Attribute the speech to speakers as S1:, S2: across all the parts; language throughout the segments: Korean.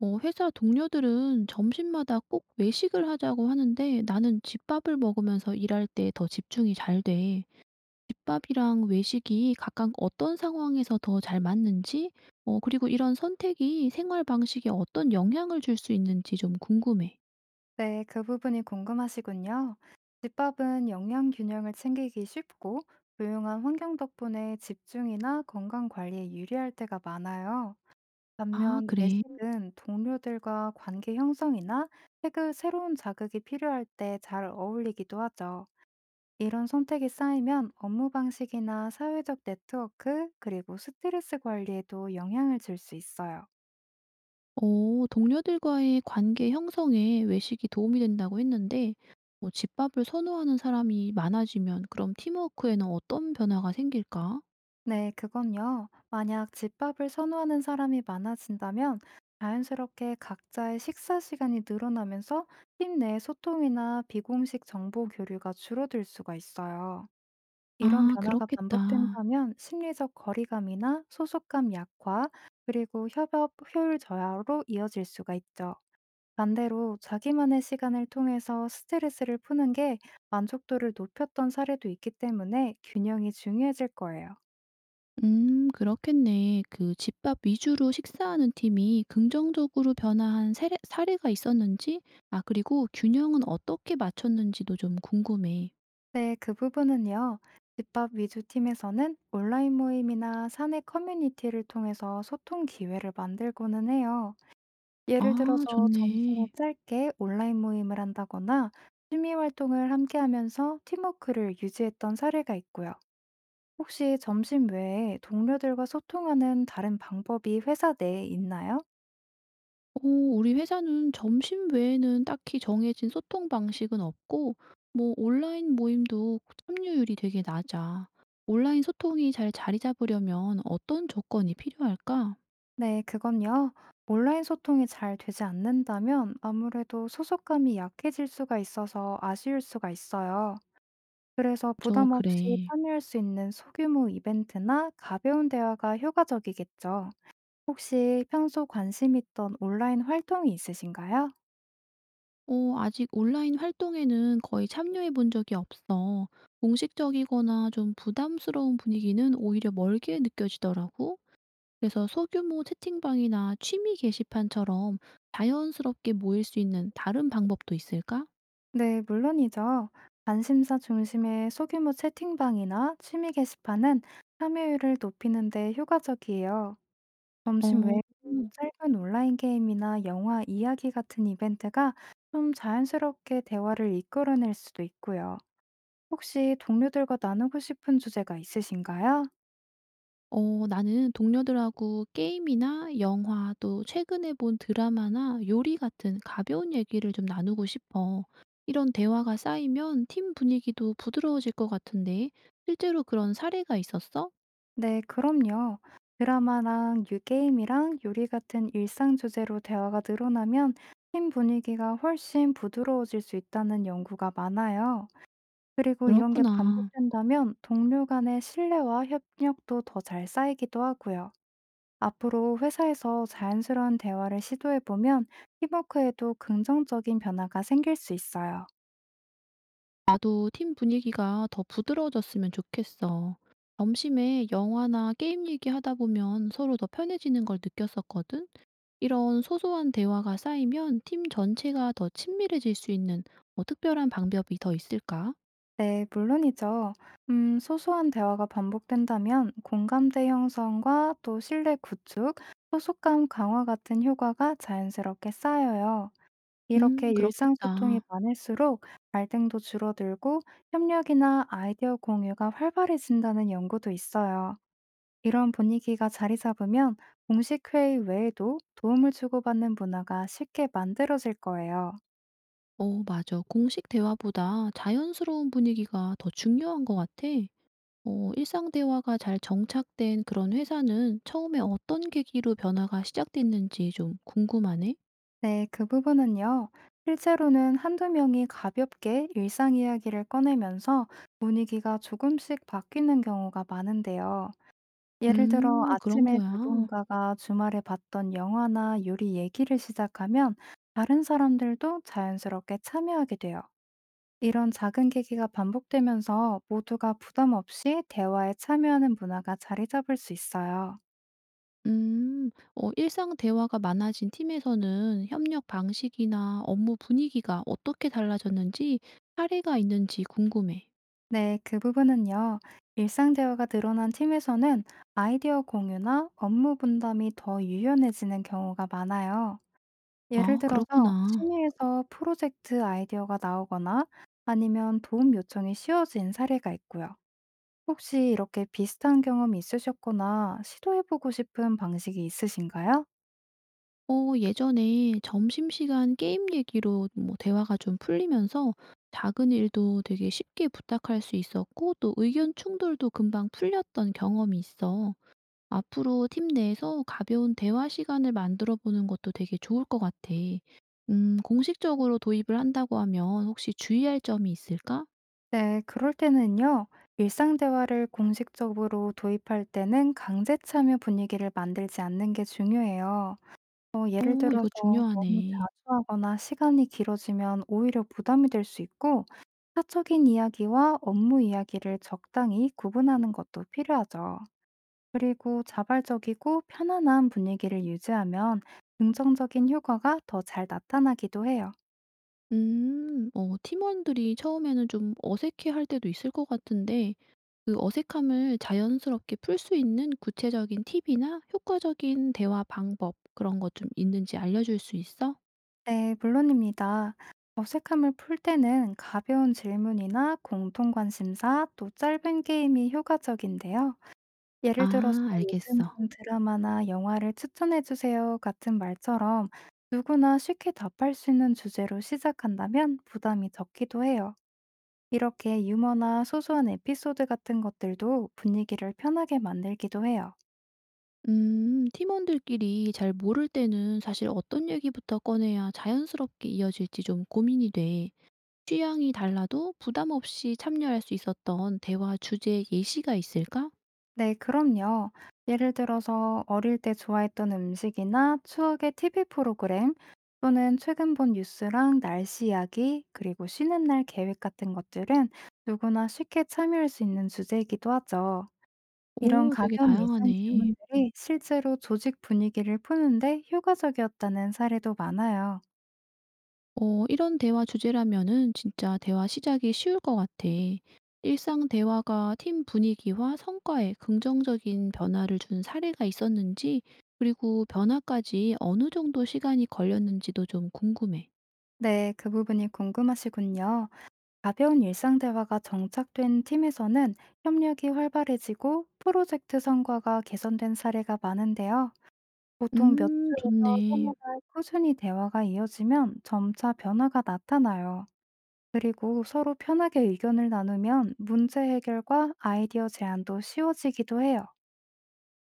S1: 회사 동료들은 점심마다 꼭 외식을 하자고 하는데 나는 집밥을 먹으면서 일할 때 더 집중이 잘 돼. 집밥이랑 외식이 각각 어떤 상황에서 더 잘 맞는지, 그리고 이런 선택이 생활 방식에 어떤 영향을 줄 수 있는지 좀 궁금해.
S2: 네, 그 부분이 궁금하시군요. 집밥은 영양 균형을 챙기기 쉽고 조용한 환경 덕분에 집중이나 건강 관리에 유리할 때가 많아요.
S1: 아,
S2: 반면
S1: 그래.
S2: 외식은 동료들과 관계 형성이나 새로운 자극이 필요할 때 잘 어울리기도 하죠. 이런 선택이 쌓이면 업무 방식이나 사회적 네트워크, 그리고 스트레스 관리에도 영향을 줄 수 있어요.
S1: 어, 동료들과의 관계 형성에 외식이 도움이 된다고 했는데, 뭐 집밥을 선호하는 사람이 많아지면 그럼 팀워크에는 어떤 변화가 생길까?
S2: 네, 그건요. 만약 집밥을 선호하는 사람이 많아진다면 자연스럽게 각자의 식사 시간이 늘어나면서 팀 내 소통이나 비공식 정보 교류가 줄어들 수가 있어요. 이런
S1: 아,
S2: 변화가
S1: 그렇겠다.
S2: 반복된다면 심리적 거리감이나 소속감 약화, 그리고 협업 효율 저하로 이어질 수가 있죠. 반대로 자기만의 시간을 통해서 스트레스를 푸는 게 만족도를 높였던 사례도 있기 때문에 균형이 중요해질 거예요.
S1: 그렇겠네. 그 집밥 위주로 식사하는 팀이 긍정적으로 변화한 사례 사례가 있었는지, 아 그리고 균형은 어떻게 맞췄는지도 좀 궁금해.
S2: 네, 그 부분은요. 집밥 위주 팀에서는 온라인 모임이나 사내 커뮤니티를 통해서 소통 기회를 만들고는 해요. 예를
S1: 아
S2: 들어서 점심에
S1: 좋네.
S2: 짧게 온라인 모임을 한다거나 취미 활동을 함께 하면서 팀워크를 유지했던 사례가 있고요. 혹시 점심 외에 동료들과 소통하는 다른 방법이 회사 내에 있나요?
S1: 오 우리 회사는 점심 외에는 딱히 정해진 소통 방식은 없고 뭐 온라인 모임도 참여율이 되게 낮아. 온라인 소통이 잘 자리 잡으려면 어떤 조건이 필요할까?
S2: 네, 그건요. 온라인 소통이 잘 되지 않는다면 아무래도 소속감이 약해질 수가 있어서 아쉬울 수가 있어요. 그래서
S1: 저
S2: 부담 없이
S1: 그래.
S2: 참여할 수 있는 소규모 이벤트나 가벼운 대화가 효과적이겠죠. 혹시 평소 관심 있던 온라인 활동이 있으신가요?
S1: 어, 아직 온라인 활동에는 거의 참여해 본 적이 없어. 공식적이거나 좀 부담스러운 분위기는 오히려 멀게 느껴지더라고. 그래서 소규모 채팅방이나 취미 게시판처럼 자연스럽게 모일 수 있는 다른 방법도 있을까?
S2: 네, 물론이죠. 관심사 중심의 소규모 채팅방이나 취미 게시판은 참여율을 높이는 데 효과적이에요. 점심
S1: 어,
S2: 외에 짧은 온라인 게임이나 영화 이야기 같은 이벤트가 좀 자연스럽게 대화를 이끌어낼 수도 있고요. 혹시 동료들과 나누고 싶은 주제가 있으신가요?
S1: 어 나는 동료들하고 게임이나 영화 또 최근에 본 드라마나 요리 같은 가벼운 얘기를 좀 나누고 싶어. 이런 대화가 쌓이면 팀 분위기도 부드러워질 것 같은데 실제로 그런 사례가 있었어?
S2: 네, 그럼요. 드라마랑 유게임이랑 요리 같은 일상 주제로 대화가 늘어나면 팀 분위기가 훨씬 부드러워질 수 있다는 연구가 많아요. 그리고 이런 게
S1: 그렇구나.
S2: 반복된다면 동료 간의 신뢰와 협력도 더 잘 쌓이기도 하고요. 앞으로 회사에서 자연스러운 대화를 시도해보면 팀워크에도 긍정적인 변화가 생길 수 있어요.
S1: 나도 팀 분위기가 더 부드러워졌으면 좋겠어. 점심에 영화나 게임 얘기하다 보면 서로 더 편해지는 걸 느꼈었거든. 이런 소소한 대화가 쌓이면 팀 전체가 더 친밀해질 수 있는 뭐 특별한 방법이 더 있을까?
S2: 네, 물론이죠. 소소한 대화가 반복된다면 공감대 형성과 또 신뢰 구축, 소속감 강화 같은 효과가 자연스럽게 쌓여요. 이렇게 일상 소통이
S1: 그렇겠다.
S2: 많을수록 갈등도 줄어들고 협력이나 아이디어 공유가 활발해진다는 연구도 있어요. 이런 분위기가 자리 잡으면 공식 회의 외에도 도움을 주고받는 문화가 쉽게 만들어질 거예요.
S1: 어, 맞아. 공식 대화보다 자연스러운 분위기가 더 중요한 것 같아. 어, 일상 대화가 잘 정착된 그런 회사는 처음에 어떤 계기로 변화가 시작됐는지 좀 궁금하네.
S2: 네, 그 부분은요. 실제로는 한두 명이 가볍게 일상 이야기를 꺼내면서 분위기가 조금씩 바뀌는 경우가 많은데요. 예를 들어
S1: 그런
S2: 아침에
S1: 거야.
S2: 누군가가 주말에 봤던 영화나 요리 얘기를 시작하면 다른 사람들도 자연스럽게 참여하게 돼요. 이런 작은 계기가 반복되면서 모두가 부담 없이 대화에 참여하는 문화가 자리 잡을 수 있어요.
S1: 음. 어 일상 대화가 많아진 팀에서는 협력 방식이나 업무 분위기가 어떻게 달라졌는지 사례가 있는지 궁금해.
S2: 네, 그 부분은요. 일상 대화가 늘어난 팀에서는 아이디어 공유나 업무 분담이 더 유연해지는 경우가 많아요. 예를
S1: 아,
S2: 들어서
S1: 그렇구나.
S2: 취미에서 프로젝트 아이디어가 나오거나 아니면 도움 요청이 쉬워진 사례가 있고요. 혹시 이렇게 비슷한 경험 있으셨거나 시도해보고 싶은 방식이 있으신가요?
S1: 어, 예전에 점심시간 게임 얘기로 뭐 대화가 좀 풀리면서 작은 일도 되게 쉽게 부탁할 수 있었고 또 의견 충돌도 금방 풀렸던 경험이 있어. 앞으로 팀 내에서 가벼운 대화 시간을 만들어 보는 것도 되게 좋을 것 같아. 공식적으로 도입을 한다고 하면 혹시 주의할 점이 있을까?
S2: 네, 그럴 때는요. 일상 대화를 공식적으로 도입할 때는 강제 참여 분위기를 만들지 않는 게 중요해요. 예를
S1: 어,
S2: 들어서
S1: 이거
S2: 너무
S1: 중요하네.
S2: 자주 하거나 시간이 길어지면 오히려 부담이 될 수 있고, 사적인 이야기와 업무 이야기를 적당히 구분하는 것도 필요하죠. 그리고 자발적이고 편안한 분위기를 유지하면 긍정적인 효과가 더 잘 나타나기도 해요.
S1: 어, 팀원들이 처음에는 좀 어색해 할 때도 있을 것 같은데, 그 어색함을 자연스럽게 풀 수 있는 구체적인 팁이나 효과적인 대화 방법, 그런 것 좀 있는지 알려줄 수 있어?
S2: 네, 물론입니다. 어색함을 풀 때는 가벼운 질문이나 공통 관심사 또 짧은 게임이 효과적인데요. 예를 들어서
S1: 아,
S2: "요즘
S1: 알겠어.
S2: 본 드라마나 영화를 추천해 주세요." 같은 말처럼 누구나 쉽게 답할 수 있는 주제로 시작한다면 부담이 적기도 해요. 이렇게 유머나 소소한 에피소드 같은 것들도 분위기를 편하게 만들기도 해요.
S1: 팀원들끼리 잘 모를 때는 사실 어떤 얘기부터 꺼내야 자연스럽게 이어질지 좀 고민이 돼. 취향이 달라도 부담 없이 참여할 수 있었던 대화 주제 예시가 있을까?
S2: 네, 그럼요. 예를 들어서 어릴 때 좋아했던 음식이나 추억의 TV 프로그램 또는 최근 본 뉴스랑 날씨 이야기 그리고 쉬는 날 계획 같은 것들은 누구나 쉽게 참여할 수 있는 주제이기도 하죠. 이런
S1: 오, 되게
S2: 가벼운 일상
S1: 다양하네.
S2: 질문들이 실제로 조직 분위기를 푸는데 효과적이었다는 사례도 많아요.
S1: 어, 이런 대화 주제라면은 진짜 대화 시작이 쉬울 것 같아. 일상 대화가 팀 분위기와 성과에 긍정적인 변화를 준 사례가 있었는지, 그리고 변화까지 어느 정도 시간이 걸렸는지도 좀 궁금해.
S2: 네, 그 부분이 궁금하시군요. 가벼운 일상 대화가 정착된 팀에서는 협력이 활발해지고 프로젝트 성과가 개선된 사례가 많은데요. 보통 몇 주에서
S1: 좋네.
S2: 서너 달 꾸준히 대화가 이어지면 점차 변화가 나타나요. 그리고 서로 편하게 의견을 나누면 문제 해결과 아이디어 제안도 쉬워지기도 해요.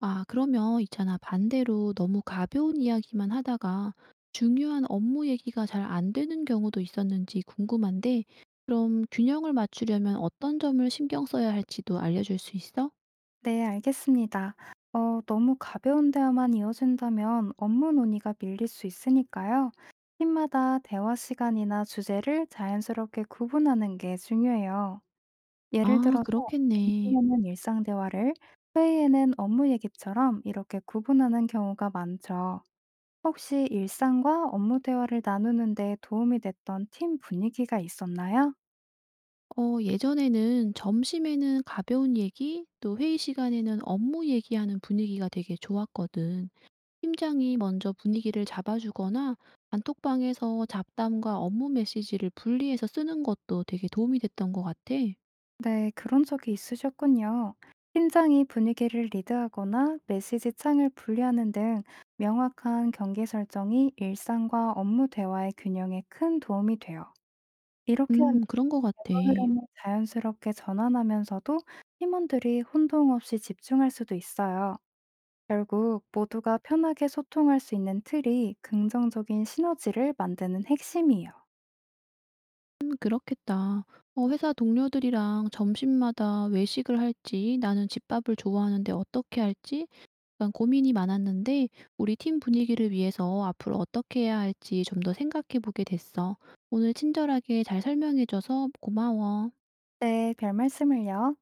S1: 아 그러면 있잖아 반대로 너무 가벼운 이야기만 하다가 중요한 업무 얘기가 잘 안 되는 경우도 있었는지 궁금한데 그럼 균형을 맞추려면 어떤 점을 신경 써야 할지도 알려줄 수 있어?
S2: 네, 알겠습니다. 너무 가벼운 대화만 이어진다면 업무 논의가 밀릴 수 있으니까요. 팀마다 대화 시간이나 주제를 자연스럽게 구분하는 게 중요해요. 예를
S1: 아
S2: 들어서
S1: 그렇겠네.
S2: 점심에는 일상 대화를, 회의에는 업무 얘기처럼 이렇게 구분하는 경우가 많죠. 혹시 일상과 업무 대화를 나누는데 도움이 됐던 팀 분위기가 있었나요?
S1: 어 예전에는 점심에는 가벼운 얘기 또 회의 시간에는 업무 얘기하는 분위기가 되게 좋았거든. 팀장이 먼저 분위기를 잡아주거나 단톡방에서 잡담과 업무 메시지를 분리해서 쓰는 것도 되게 도움이 됐던 것 같아.
S2: 네, 그런 적이 있으셨군요. 팀장이 분위기를 리드하거나 메시지 창을 분리하는 등 명확한 경계 설정이 일상과 업무 대화의 균형에 큰 도움이 돼요. 이렇게 하면
S1: 그런 것 같아.
S2: 흐름을 자연스럽게 전환하면서도 팀원들이 혼동 없이 집중할 수도 있어요. 결국 모두가 편하게 소통할 수 있는 틀이 긍정적인 시너지를 만드는 핵심이에요.
S1: 그렇겠다. 어, 회사 동료들이랑 점심마다 외식을 할지, 나는 집밥을 좋아하는데 어떻게 할지, 약간 고민이 많았는데, 우리 팀 분위기를 위해서 앞으로 어떻게 해야 할지 좀 더 생각해 보게 됐어. 오늘 친절하게 잘 설명해줘서 고마워.
S2: 네, 별 말씀을요.